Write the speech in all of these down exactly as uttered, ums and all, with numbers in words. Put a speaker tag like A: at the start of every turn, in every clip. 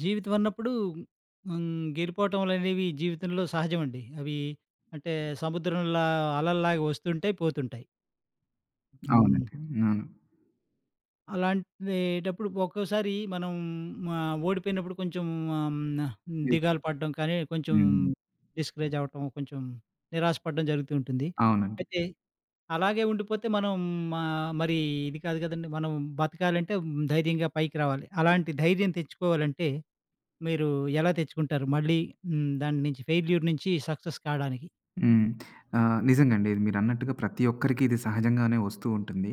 A: జీవితం అన్నప్పుడు హ్మ్, గెలిపోవటంలనేవి జీవితంలో సహజమండి. అవి అంటే సముద్రంలా అలల్లాగా వస్తుంటాయి, పోతుంటాయి. హ్మ్.
B: అవునండి. అవును.
A: అలాంటేటప్పుడు ఒక్కోసారి మనం ఆహ్, ఓడిపోయినప్పుడు కొంచెం ఆహ్, హ్మ్, దిగాలు పడడం కానీ, కొంచెం
B: హ్మ్.
A: డిస్కరేజ్ అవ్వటం, కొంచెం నిరాశ పడడం జరుగుతూ ఉంటుంది.
B: అవును.
A: అయితే అలాగే ఉండిపోతే మనం ఆహ్, మరి ఇది కాదు కదండీ! మనం బతకాలంటే ధైర్యంగా పైకి రావాలి. అలాంటి ధైర్యం తెచ్చుకోవాలంటే మీరు ఎలా తెచ్చుకుంటారు? మళ్ళీ హ్మ్. దాని నుంచి ఫెయిల్యూర్ నుంచి సక్సెస్ కాడానికి.
B: హ్మ్. ఆహ్, నిజంగండి. ఇది మీరన్నట్టుగా ప్రతి ఒక్కరికి ఇది సహజంగానే వస్తూ ఉంటుంది.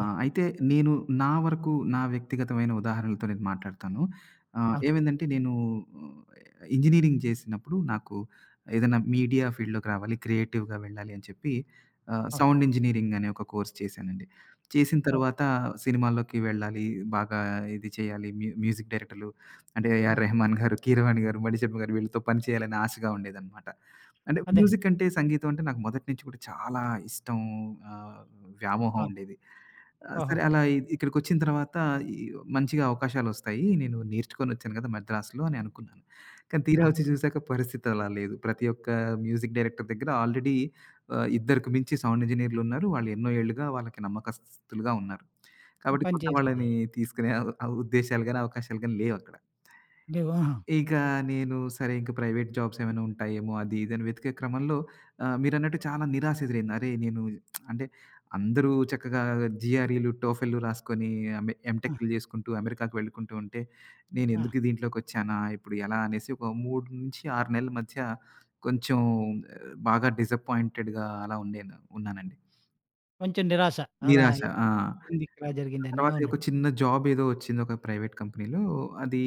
A: అవును.
B: అయితే నేను నా వరకు నా వ్యక్తిగతమైన ఉదాహరణలతో నేను మాట్లాడతాను. ఆహ్,
A: అవును.
B: ఏమైందంటే నేను ఇంజినీరింగ్ చేసినప్పుడు నాకు ఏదైనా మీడియా ఫీల్డ్‌లోకి రావాలి, క్రియేటివ్‌గా వెళ్ళాలి అని చెప్పి ఆహ్,
A: అవును.
B: సౌండ్ ఇంజినీరింగ్ అనే ఒక కోర్స్ చేశానండి. చేసిన
A: ఓహో!
B: తర్వాత సినిమాల్లోకి వెళ్ళాలి, బాగా ఇది చేయాలి, మ్యూ మ్యూజిక్ డైరెక్టర్లు అంటే ఏఆర్
A: హ్మ్.
B: రెహమాన్ గారు, కీరవాణి గారు, మణిశర్మ గారు వీళ్ళతో పని చేయాలని ఆశగా ఉండేదనమాట. అంటే
A: అదేనండి.
B: మ్యూజిక్ అంటే, సంగీతం అంటే నాకు మొదటి నుంచి కూడా చాలా ఇష్టం. ఆహ్, వ్యామోహం
A: అవును.
B: ఉండేది. ఆహ్,
A: ఓహో!
B: సరే అలా ఇ ఇక్కడికొచ్చిన తర్వాత ఈ మంచిగా అవకాశాలొస్తాయి. నేను నేర్చుకొనొచ్చాను కదా! మద్రాసులో అని అనుకున్నాను. కానీ తీరా
A: ఆహా!
B: వచ్చి చూసాక పరిస్థితి అలా లేదు. ప్రతి ఒక్క మ్యూజిక్ డైరెక్టర్ దగ్గర ఆల్రెడీ ఆహ్, ఇద్దరికి మించి సౌండ్ ఇంజినీర్లున్నారు. వాళ్ళు ఎన్నో ఏళ్లుగా వాళ్ళకి నమ్మకస్తులుగా ఉన్నారు. కాబట్టి
A: పని
B: కొత్త వాళ్ళని
A: చేస్తున్నారు.
B: తీసుకునే అ ఉద్దేశాలు గాని, అవకాశాలు గాని లేవక్కడ.
A: లేవు. ఆహా!
B: ఇక నేను సరే ఇంక ప్రైవేట్ జాబ్స్ ఏమైనా ఉంటాయేమో అది ఇది అని వెతికే క్రమంలో ఆహ్, మీరన్నట్టు చాలా నిరాశ ఎదురైంది. అరే! నేను అంటే అందరూ చక్కగా జీఆర్ఈలు, టోఫెల్‌లు రాసుకొని ఎం
A: ఆ!
B: ఎంటెక్‌లు చేసుకుంటూ అమెరికాకి వెళ్ళుకుంటూ ఉంటే,
A: ఆ!
B: నేనెందుకు దీంట్లోకొచ్చానా? ఇప్పుడు ఎలా అనేసి ఒక మూడు నుంచి ఆరు నెలల మధ్య కొంచెం బాగా డిసప్పాయింటెడ్‌గా అలా ఉండేను ఉన్నానండి.
A: కొంచెం నిరాశ. అలా
B: నిరాశ. ఆ!
A: ఎందుకిలా జరిగిందని.
B: తర్వాత ఒక
A: అవునండి.
B: చిన్న జాబ్ ఏదో వచ్చింది ఒక ప్రైవేట్ కంపెనీలో. అది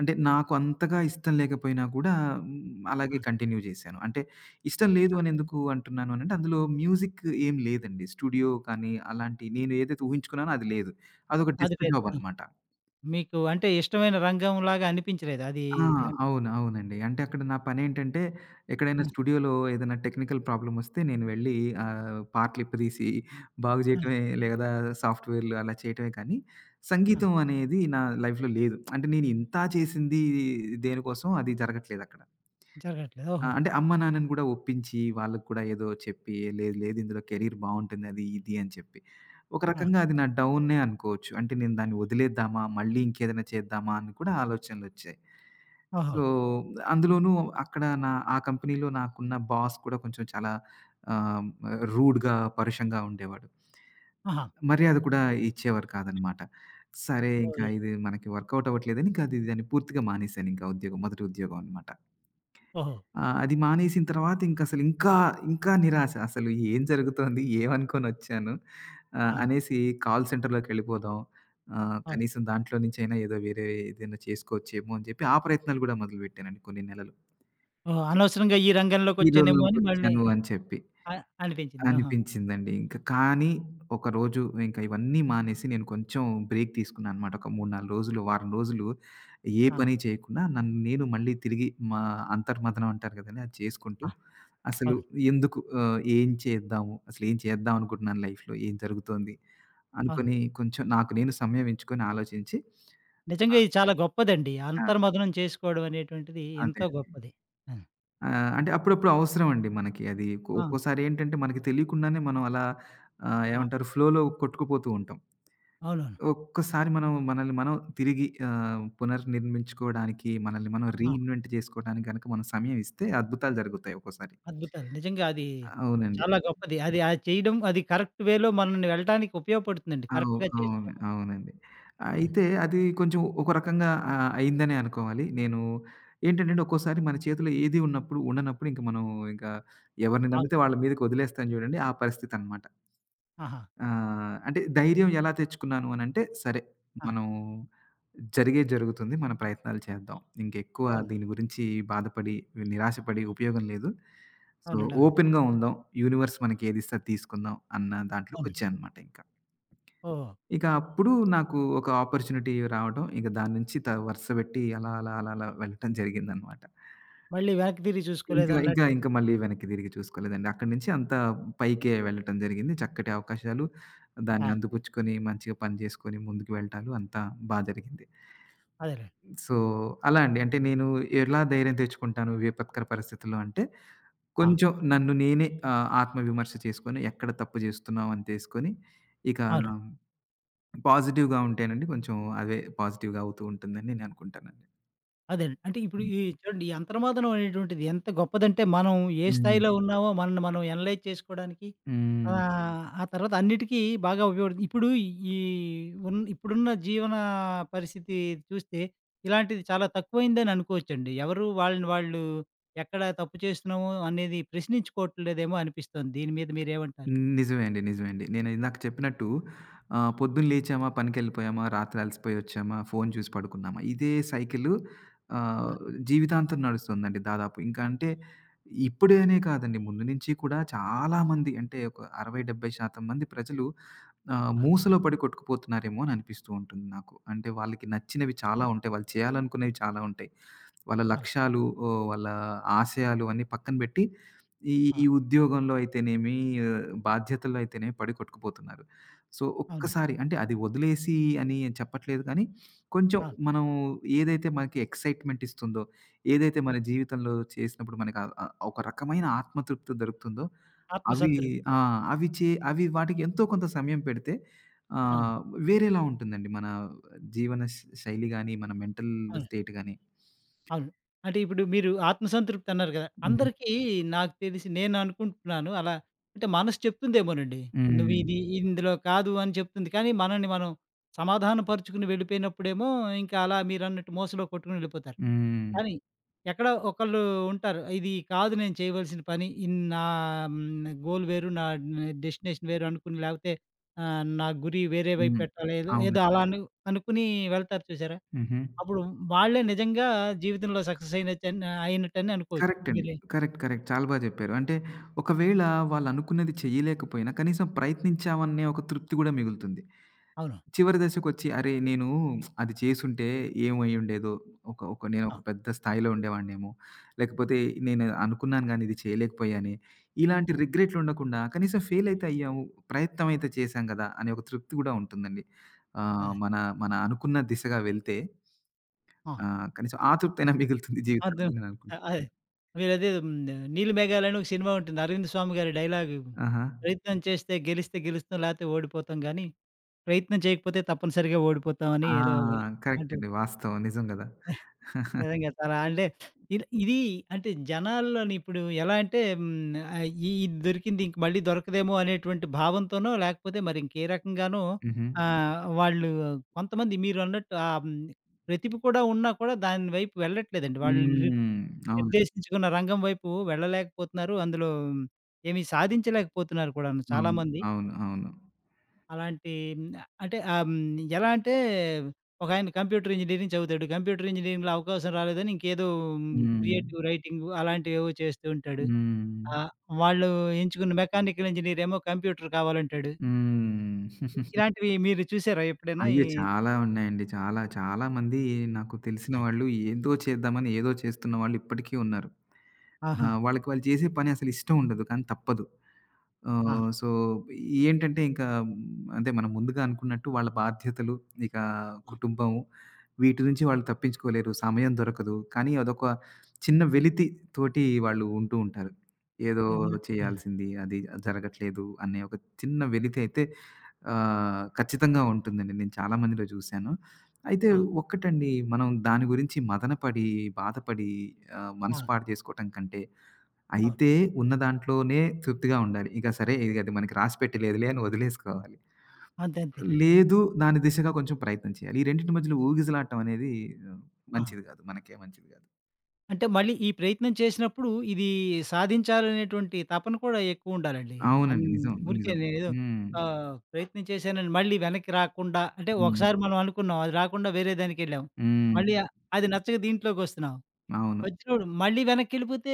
B: అంటే నాకు అంతగా ఇష్టం లేకపోయినా కూడా హ్మ్,
A: ఆ!
B: అలాగే కంటిన్యూ చేశాను. అంటే ఇష్టం లేదు
A: ఆ!
B: అని ఎందుకు అంటున్నాను అనంటే అందులో మ్యూజిక్ ఏం లేదండి. స్టూడియో కానీ అలాంటి నేను ఏదైతే ఊహించుకున్నానో అది లేదు. అదొక
A: అది
B: డెస్క్
A: లేదు.
B: జాబ్
A: ఆ!
B: అనమాట.
A: మీకు అంటే ఇష్టమైన రంగంలాగా అనిపించలేదు. అది
B: ఆ!
A: దాంట్లో
B: అవును. అవునండి. అంటే అక్కడ నా పనేంటంటే, ఎక్కడైనా
A: ఆ!
B: స్టూడియోలో ఏదైనా టెక్నికల్ ప్రాబ్లమ్ వస్తే నేను వెళ్ళి ఆహ్, పార్ట్లిప్పదీసి బాగు
A: ఆ!
B: చేయటమే లేదా సాఫ్ట్‌వేర్‌లు అలా చేయటమే కానీ,
A: ఆ!
B: సంగీతం అనేది నా లైఫ్‌లో లేదు. అంటే నేను ఇంత చేసింది దేనికోసం అది జరగట్లేదక్కడ.
A: జరగట్లేదు.
B: ఆ!
A: ఓహో!
B: అంటే అమ్మ, నాన్నని కూడా ఒప్పించి వాళ్ళకి కూడా ఏదో చెప్పి, లేదు లేదు ఇందులో కెరీర్ బావుంటుంది అది, ఇది అని చెప్పి. ఒక
A: ఆ!
B: రకంగా అది నా డౌనే అనుకోవచ్చు. అంటే నేను దాన్ని వదిలేద్దామా? మళ్ళీ ఇంకేదైనా చేద్దామా? అని కూడా ఆలోచనలొచ్చాయి.
A: ఓహో!
B: సో, అందులోనూ అక్కడ నా ఆ కంపెనీలో నాకున్న బాస్ కూడా కొంచెం చాలా ఆహ్, రూడ్‌గా, పరుషంగా ఉండేవాడు.
A: ఆహా!
B: మర్యాద కూడా ఇచ్చేవారు కాదనమాట. సరే ఇంక
A: ఓహ్!
B: ఇది మనకి వర్కౌట్ అవ్వట్లేదని ఇంక అది దాన్ని పూర్తిగా మానేశానింకా ఉద్యోగం. మొదటి ఉద్యోగం అనమాట.
A: ఓహో!
B: ఆహ్, అది మానేసిన తర్వాత ఇంకసలు ఇంకా, ఇంకా నిరాశ. అసలు ఏం జరుగుతోంది? ఏమనుకోనొచ్చాను? ఆహ్,
A: ఆ!
B: అనేసి కాల్ సెంటర్‌లోకెళ్ళిపోదాం. ఆహ్,
A: ఆ!
B: కనీసం దాంట్లో నుంచైనా ఏదో వేరే ఏదైనా చేసుకోవచ్చేమో అని చెప్పి ఆ ప్రయత్నాలు కూడా మొదలుపెట్టానండి కొన్ని నెలలు.
A: ఓహ్! అనవసరంగా ఈ రంగంలోకొచ్చానేమో అని మళ్ళీ
B: హీరోలోకొచ్చాను అని చెప్పి
A: అ అనిపించింది. ఆహా!
B: అనిపించిందండి. ఇంక కానీ, ఒకరోజు ఇంక ఇవన్నీ మానేసి నేను కొంచెం బ్రేక్ తీసుకున్నాననమాట. ఒక మూడు, నాలుగు రోజులు, వారం రోజులు ఏ
A: ఆ!
B: పని చేయకుండా నన్ను నేను మళ్ళీ తిరిగి మా అంతర్మథనం అంటారు కదండీ! అది చేసుకుంటూ
A: ఆ!
B: అసలు
A: అవును.
B: ఎందుకు ఆహ్, ఏం చేద్దాము? అసలేం చేద్దాం అనుకుంటున్నాను లైఫ్‌లో? ఏం జరుగుతోంది?
A: అవును.
B: అనుకోని కొంచెం నాకు నేను సమయం ఎంచుకొని ఆలోచించి ఆ!
A: నిజంగా ఇది చాలా అది. గొప్పదండి.
B: ఆ!
A: అంతర్మథనం చేసుకోవడం అనేటువంటిది
B: అదే.
A: ఎంతో గొప్పది. ఆ!
B: ఆ! అంటే అప్పుడప్పుడు అవసరమండి మనకి అది. ఒక్కో
A: ఆ!
B: ఒక్కోసారి ఏంటంటే మనకి తెలియకుండానే మనం అలా ఆహ్,
A: ఆ!
B: ఏమంటారు ఫ్లోలో కొట్టుకుపోతూ ఉంటాం.
A: అవునవును.
B: ఒక్కసారి మనం మనల్ని మనం తిరిగి ఆహ్, పునర్నిర్మించుకోవడానికి, మనల్ని మనం
A: ఆ!
B: రీఇన్వెంట్ చేసుకోవడానికి గనక మనం సమయం ఇస్తే అద్భుతాలు జరుగుతాయి ఒక్కోసారి.
A: అద్భుతాలు. నిజంగా అది
B: అవునండి.
A: చాలా గొప్పది. అది అది చేయడం అది కరెక్ట్ వేలో మనల్ని వెళ్ళటానికి ఉపయోగపడుతుందండి.
B: అవు
A: కరెక్ట్‌గా చేస్తే.
B: అవును. అవునండి.
A: ఆ!
B: అయితే అది కొంచెం ఒక రకంగా ఆహ్, అయిందనే అనుకోవాలి. నేను ఏంటంటే ఒక్కోసారి మన చేతిలో ఏది ఉన్నప్పుడు ఉండనప్పుడు ఇంక మనం ఇంకా ఎవరిని
A: అవును.
B: నమ్మితే వాళ్ళ మీదకి వదిలేస్తాం చూడండి. ఆ పరిస్థితనమాట.
A: ఆహా!
B: ఆ! అంటే ధైర్యం ఎలా తెచ్చుకున్నాను అనంటే, సరే
A: ఆ!
B: మనం జరిగేది జరుగుతుంది. మన ప్రయత్నాలు చేద్దాం. ఇంకెక్కువ
A: అవును.
B: దీని గురించి బాధపడి, నిరాశపడి ఉపయోగం లేదు. సో,
A: అవునండి. అవునండి.
B: ఓపెన్‌గా ఉందాం. యూనివర్స్ మనకి ఏదిస్తే అది తీసుకుందాం అన్న
A: అవును.
B: దాంట్లోకొచ్చాననమాట ఇంకా.
A: ఓహో!
B: ఇక అప్పుడు నాకు ఒక ఆపర్చునిటీ రావడం, ఇక దాని నుంచి త వరుసబెట్టి అలా, అలా, అలా, అలా వెళ్ళటం జరిగిందనమాట.
A: మళ్ళీ వెనక్కి తిరిగి
B: ఇంకా, ఇంకా,
A: చూసుకోలేదన్నట్టు.
B: ఇంకా మళ్ళీ వెనక్కి తిరిగి చూసుకోలేదండి. అక్కడి నుంచి అంతా పైకే వెళ్ళటం జరిగింది. చక్కటి అవకాశాలు దాన్ని
A: ఆ!
B: అందిపుచ్చుకొని, మంచిగా పని చేసుకొని ముందుకు వెళ్ళటాలు అంతా బా జరిగింది.
A: అదేలెండి.
B: సో, అలా అండి. అంటే నేను ఎలా ధైర్యం తెచ్చుకుంటాను విపత్కర పరిస్థితుల్లో అంటే,
A: ఆ!
B: కొంచెం నన్ను నేనే ఆహ్, ఆత్మవిమర్శ చేసుకొని, ఎక్కడ తప్పు చేస్తున్నావు అని తెలుసుకొని, ఇక
A: అవును.
B: పాజిటివ్‌గా ఉంటేనండి కొంచెం అదే పాజిటివ్‌గా అవుతూ ఉంటుందని నేను అనుకుంటానండి.
A: అదేనండి. అంటే ఇప్పుడు
B: హ్మ్.
A: ఈ చూడండి ఈ అంతర్మాదనం అనేటువంటిది ఎంత గొప్పదంటే మనం ఏ స్థాయిలో హ్మ్. ఉన్నామో మనల్ని మనం అనలైజ్ చేసుకోవడానికి హ్మ్.
B: హ్మ్.
A: ఆహ్, ఆ తర్వాత అన్నిటికీ బాగా ఉపయోగపడుతుంది. ఇప్పుడు ఈ ఉన్ ఇప్పుడున్న జీవన పరిస్థితి చూస్తే ఇలాంటిది చాలా తక్కువైందని అనుకోవచ్చండి. ఎవరు వాళ్ళని వాళ్ళు ఎక్కడ తప్పు చేస్తున్నామో అనేది ప్రశ్నించుకోవట్లేదేమో అనిపిస్తుంది. దీని మీద మీరేమంటారు?
B: హ్మ్. నిజమే అండి. నిజమే అండి. నేను ఇందాక చెప్పినట్టు ఆహ్, పొద్దున్న లేచామా, పనికెళ్ళిపోయామా, రాత్రి అలసిపోయొచ్చామా, ఫోను చూసి పడుకున్నామా, ఇదే సైకిలు ఆహ్,
A: ఆ!
B: జీవితాంతం నడుస్తుందండి దాదాపు. ఇంకా అంటే ఇప్పుడే అనే కాదండి, ముందు నుంచి కూడా చాలామంది అంటే ఒక అరవై, డెబ్బై శాతం మంది ప్రజలు ఆహ్,
A: ఆ!
B: మూసలో పడి కొట్టుకుపోతున్నారేమో అని అనిపిస్తూ ఉంటుంది నాకు. అంటే వాళ్ళకి నచ్చినవి చాలా
A: అవ్
B: ఉంటాయి. వాళ్ళు చేయాలనుకునేవి చాలా ఉంటాయి. వాళ్ళ
A: అవును.
B: లక్ష్యాలు, ఓహ్, వాళ్ళ ఆశయాలు అన్నీ పక్కన బెట్టి, ఈ
A: ఆ!
B: ఈ ఉద్యోగంలో అయితేనేమి, ఆ, బాధ్యతల్లో అయితేనేమి పడి కొట్టుకుపోతున్నారు. సో,
A: అవును.
B: ఒక్కసారి అంటే అది వదిలేసి అని నేను చెప్పట్లేదు కానీ, కొంచెం
A: అవును.
B: మనం ఏదైతే మనకి ఎక్సైట్‌మెంట్ ఇస్తుందో, ఏదైతే మన జీవితంలో చేసినప్పుడు మనకు ఆహ్, ఆహ్, ఒక రకమైన ఆత్మతృప్తి దొరుకుతుందో,
A: ఆత్మ
B: అవి
A: సంతృప్తి.
B: ఆ! అవి చే అవి వాటికి ఎంతో కొంత సమయం పెడితే
A: అవును.
B: ఆహ్, వేరేలా ఉంటుందండి. మన జీవన శ్ శైలి గాని, మన మెంటల్
A: అవును.
B: స్టేట్ గాని.
A: అవును. అంటే ఇప్పుడు మీరు ఆత్మసంతృప్తి అన్నారు కదా! అందరికీ నాకు తెలిసి నేను అనుకుంటున్నాను అలా అంటే మనసు చెప్తుందేమోనండి. నువ్వు
B: హ్మ్.
A: ఇది ఇందులో కాదు అని చెప్తుంది. కానీ మనల్ని మనం సమాధాన పరుచుకుని వెళ్ళిపోయినప్పుడేమో ఇంకా అలా మీరన్నట్టు మోసలో కొట్టుకొని వెళ్ళిపోతారు.
B: హ్మ్.
A: కానీ ఎక్కడో ఒకళ్ళు ఉంటారు. ఇది కాదు నేను చేయవలసిన పని. ఇన్ నా హ్మ్. గోల్ వేరు. నా డెస్టినేషన్ వేరు అనుకుని లేకపోతే ఆహ్, నా గురి వేరే వైపు
B: హ్మ్.
A: పెట్టాలి. ఏదో
B: అవును.
A: ఏదో అలా అను అనుకుని వెళ్తారు చూసారా?
B: హుహు.
A: అప్పుడు వాళ్ళే నిజంగా జీవితంలో సక్సెస్ అయినట్టని అయినట్టని అనుకోవచ్చు.
B: కరెక్ట్ అండి.
A: మీరే
B: కరెక్ట్. కరెక్ట్. చాలా బా జెప్పారు. అంటే ఒకవేళ వాళ్ళనుకున్నది చేయలేకపోయినా కనీసం ప్రయత్నించామనే ఒక తృప్తి గూడా మిగులుతుంది.
A: అవును.
B: చివరి దశకొచ్చి అరే! నేను అది చేసుంటే ఏమయ్యుండేదో! ఒక ఒక నేను
A: ఆ!
B: ఒక పెద్ద స్థాయిలో ఉండేవాడినేమో! లేకపోతే నేను అనుకున్నాను గానీ ఇది చేయలేకపోయానే! ఇలాంటి
A: హ్మ్.
B: రిగ్రెట్లుండకుండా కనీసం ఫెయిల్ అయితే అయ్యాము. ప్రయత్నం అయితే చేశాం గదా! అనే ఒక తృప్తి గూడా ఉంటుందండి. ఆహ్,
A: అదే.
B: మన మన అనుకున్న దిశగా వెళ్తే
A: ఆ!
B: ఆ! కనీసం ఆ తృప్తయినా మిగులుతుంది జీవితంలో
A: అర్థం
B: అని నేననుకుంటున్నా.
A: అ- అదే. మీరు అదే. మీరదే హ్మ్. 'నీలి మేఘాలు' అని ఒక సినిమా ఉంటుంది. అరవింద్ స్వామి గారి డైలాగు.
B: ఆహా!
A: ప్రయత్నం చేస్తే గెలిస్తే గెలుస్తాం లేకపోతే ఓడిపోతాం గానీ, ప్రయత్నం చేయకపోతే తప్పనిసరిగా ఓడిపోతాం అని
B: ఆ!
A: ఏదో
B: కరెక్ట్
A: అంటూ
B: అండి. వాస్తవం. నిజం గదా!
A: నిజంగా చాలా అంటే ఇది ఇది అంటే జనాల్లోని ఇప్పుడు ఎలా అంటే హ్మ్, ఆహ్, ఈ ఇది దొరికింది ఇంక మళ్ళీ దొరకదేమో అనేటువంటి భావంతోనో, లేకపోతే మరి ఇంకే రకంగానో
B: హుహు.
A: ఆహ్, వాళ్ళు కొంతమంది మీరన్నట్టు ఆహ్, హ్మ్, ప్రతిభ కూడా ఉన్నా కూడా దాని వైపు వెళ్ళట్లేదండి. వాళ్ళు నిర్
B: హ్మ్. అవును.
A: నిర్దేశించుకున్న రంగం వైపు వెళ్ళలేకపోతున్నారు. అందులో ఏమీ సాధించలేకపోతున్నారు కూడాను
B: అవును.
A: చాలామంది.
B: అవును. అవును.
A: అలాంటి హ్మ్. అంటే ఆహ్, హ్మ్. ఎలా అంటే ఒకాయన కంప్యూటర్ ఇంజినీరింగ్ చదువుతాడు. కంప్యూటర్ ఇంజినీరింగ్‌లో అవకాశం రాలేదని ఇంకేదో హ్మ్.
B: హ్మ్.
A: క్రియేటివ్ రైటింగ్ అలాంటివేవో చేస్తూ ఉంటాడు.
B: హ్మ్.
A: ఆహ్, వాళ్ళు ఎంచుకున్న మెకానికల్ ఇంజినీర్ ఏమో కంప్యూటర్ కావాలంటాడు.
B: హ్మ్.
A: ఇలాంటివి మీరు చూసారా ఎప్పుడైనా? ఈ
B: అయ్యో! చాలా ఉన్నాయండి. చాలా, చాలా మంది నాకు తెలిసిన
A: అయ్
B: వాళ్ళు ఏందో చేద్దామని ఏదో చేస్తున్న వాళ్ళు ఇప్పటికీ ఉన్నారు.
A: ఆహా!
B: ఆహ్, వాళ్ళకి వాళ్ళు చేసే పని అసలు ఇష్టం ఉండదు. కానీ తప్పదు.
A: ఆ!
B: ఆహ్, సో, ఏంటంటే ఇంకా అంటే మనం ముందుగా అనుకున్నట్టు వాళ్ళ బాధ్యతలు, ఇక
A: ఆ!
B: కుటుంబం వీటి నుంచి వాళ్ళు తప్పించుకోలేరు. సమయం దొరకదు. కానీ అదొక చిన్న వెలితి తోటి వాళ్ళు ఉంటూ ఉంటారు. ఏదో
A: హ్మ్.
B: చేయాల్సింది అది జరగట్లేదు అనే ఒక చిన్న వెలితి అయితే ఆహ్, ఖచ్చితంగా ఉంటుందండి. నేను చాలా మందిలో చూశాను. అయితే
A: ఆ!
B: ఒక్కటండి మనం దాని గురించి మదనపడి, బాధపడి ఆహ్,
A: ఆ!
B: మనసు పాడు చేసుకోవటం కంటే
A: అవును.
B: అయితే ఉన్న దాంట్లోనే తృప్తిగా ఉండాలి. ఇక సరే ఇగ అది మనకి రాసి పెట్టలేదులే అని వదిలేసుకోవాలి.
A: అంతే అంతేనండి.
B: లేదు దాని దిశగా కొంచెం ప్రయత్నం చేయాలి. ఈ రెండిటి మధ్యలో ఊగిసలాటం అనేది ఆహ్,
A: ఆ!
B: మంచిది కాదు. మనకే మంచిది కాదు.
A: అంటే మళ్ళీ ఈ ప్రయత్నం చేసినప్పుడు ఇది సాధించాలనేటువంటి తపన కూడా ఎక్కువుండాలండి. అన్
B: అవునండి. నిజం.
A: ఊరికే
B: నిజం.
A: నేనేదో
B: హ్మ్.
A: ఆహ్, ప్రయత్నం చేశానని మళ్ళీ వెనక్కి రాకుండా అంటే
B: హ్మ్.
A: ఒకసారి మనం అనుకున్నాం. అది రాకుండా వేరే దానికెళ్ళాం.
B: హ్మ్.
A: మళ్ళీ ఆహ్, అది నచ్చక దీంట్లోకొస్తున్నాం.
B: అవును.
A: వచ్చినప్పుడు మళ్ళీ వెనక్కెళ్ళిపోతే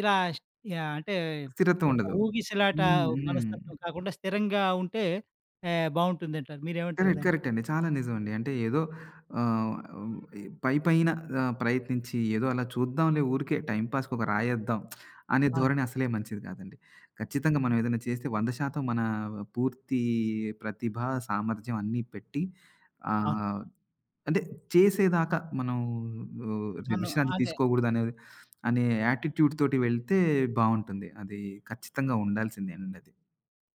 A: ఇలా ష్ యాహ్! అంటే
B: స్థిరత్వం
A: ఒక
B: ఉండదు.
A: ఊగిసలాట
B: హ్మ్. హ్మ్.
A: మనస్తత్వం కాకుండా స్థిరంగా ఉంటే ఆహ్, బావుంటుందంటారు. మీరేమంటారు
B: కరెక్ట్.
A: దాన్ని?
B: కరెక్ట్ అండి. చాలా నిజమండి. అంటే ఏదో ఆహ్, హ్మ్, పైపైన ఆహ్, ప్రయత్నించి ఏదో అలా చూద్దాంలే ఊరికే టైమ్ పాస్‌కి ఒక రాయేద్దాం అనే
A: అవును.
B: ధోరణి అసలే మంచిది కాదండి. ఖచ్చితంగా మనం ఏదైనా చేస్తే వంద శాతం మన పూర్తి ప్రతిభ, సామర్థ్యం అన్నీ పెట్టి
A: అవును.
B: ఆహ్, అంటే చేసేదాకా మనం ఆహ్,
A: మనం
B: విశ్రాంతి
A: అంటే
B: తీసుకోకూడదనేది అనే యాటిట్యూడ్ తోటి వెళ్తే బావుంటుంది. అది ఖచ్చితంగా ఉండాల్సిందేనండి అది.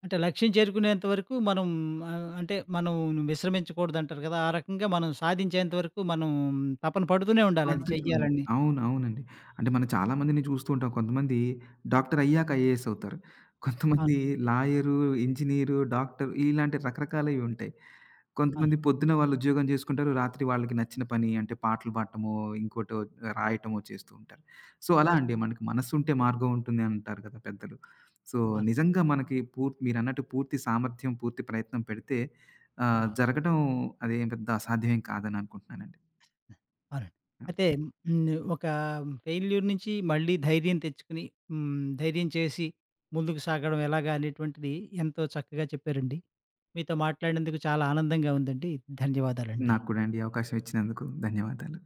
A: అంటే లక్ష్యం చేరుకునేంత వరకు మనం ఆహ్, అంటే మనం విశ్రమించకూడదంటారు కదా! ఆ రకంగా మనం సాధించేంత వరకు మనం తపన పడుతూనే ఉండాలి అది
B: పడుతూనే ఉంది.
A: చెయ్యాలని.
B: అవును. అవునండి. అంటే మనం చాలా మందిని చూస్తూ ఉంటాం. కొంతమంది డాక్టర్ అయ్యాక ఐఏఎస్ అవుతారు. కొంతమంది
A: అవును.
B: లాయరు, ఇంజినీరు, డాక్టర్ ఇలాంటి రకరకాలవి ఉంటాయి.
A: అవును.
B: కొంతమంది పొద్దున వాళ్ళు ఉద్యోగం చేసుకుంటారు. రాత్రి వాళ్ళకి నచ్చిన పని అంటే పాటలు పాడటమో, ఇంకోటో రాయటమో చేస్తూ ఉంటారు. సో, అలా
A: చేస్
B: అండి మనకి మనసుంటే మార్గం ఉంటుంది అంటారు కదా పెద్దలు. సో,
A: అవును.
B: నిజంగా మనకి పూర్తి మీరన్నట్టు పూర్తి సామర్థ్యం, పూర్తి ప్రయత్నం పెడితే ఆహ్,
A: ఆ!
B: జరగడం అదేం పెద్ద అసాధ్యం ఏం కాదని అనుకుంటున్నానండి.
A: హ్మ్. అవునండి. అయితే హ్మ్. ఒక ఫెయిల్యూర్ నుంచి మళ్ళీ ధైర్యం తెచ్చుకొని హ్మ్. ధైర్యం చేసి ముందుకు సాగడం ఎలాగా అనేటువంటిది ఎంతో చక్కగా చెప్పారండి. మీతో మాట్లాడినందుకు చాలా ఆనందంగా ఉందండి. ధన్యవాదాలండి.
B: నాకు కూడా అండి. ఈ అవకాశం ఇచ్చినందుకు ధన్యవాదాలు.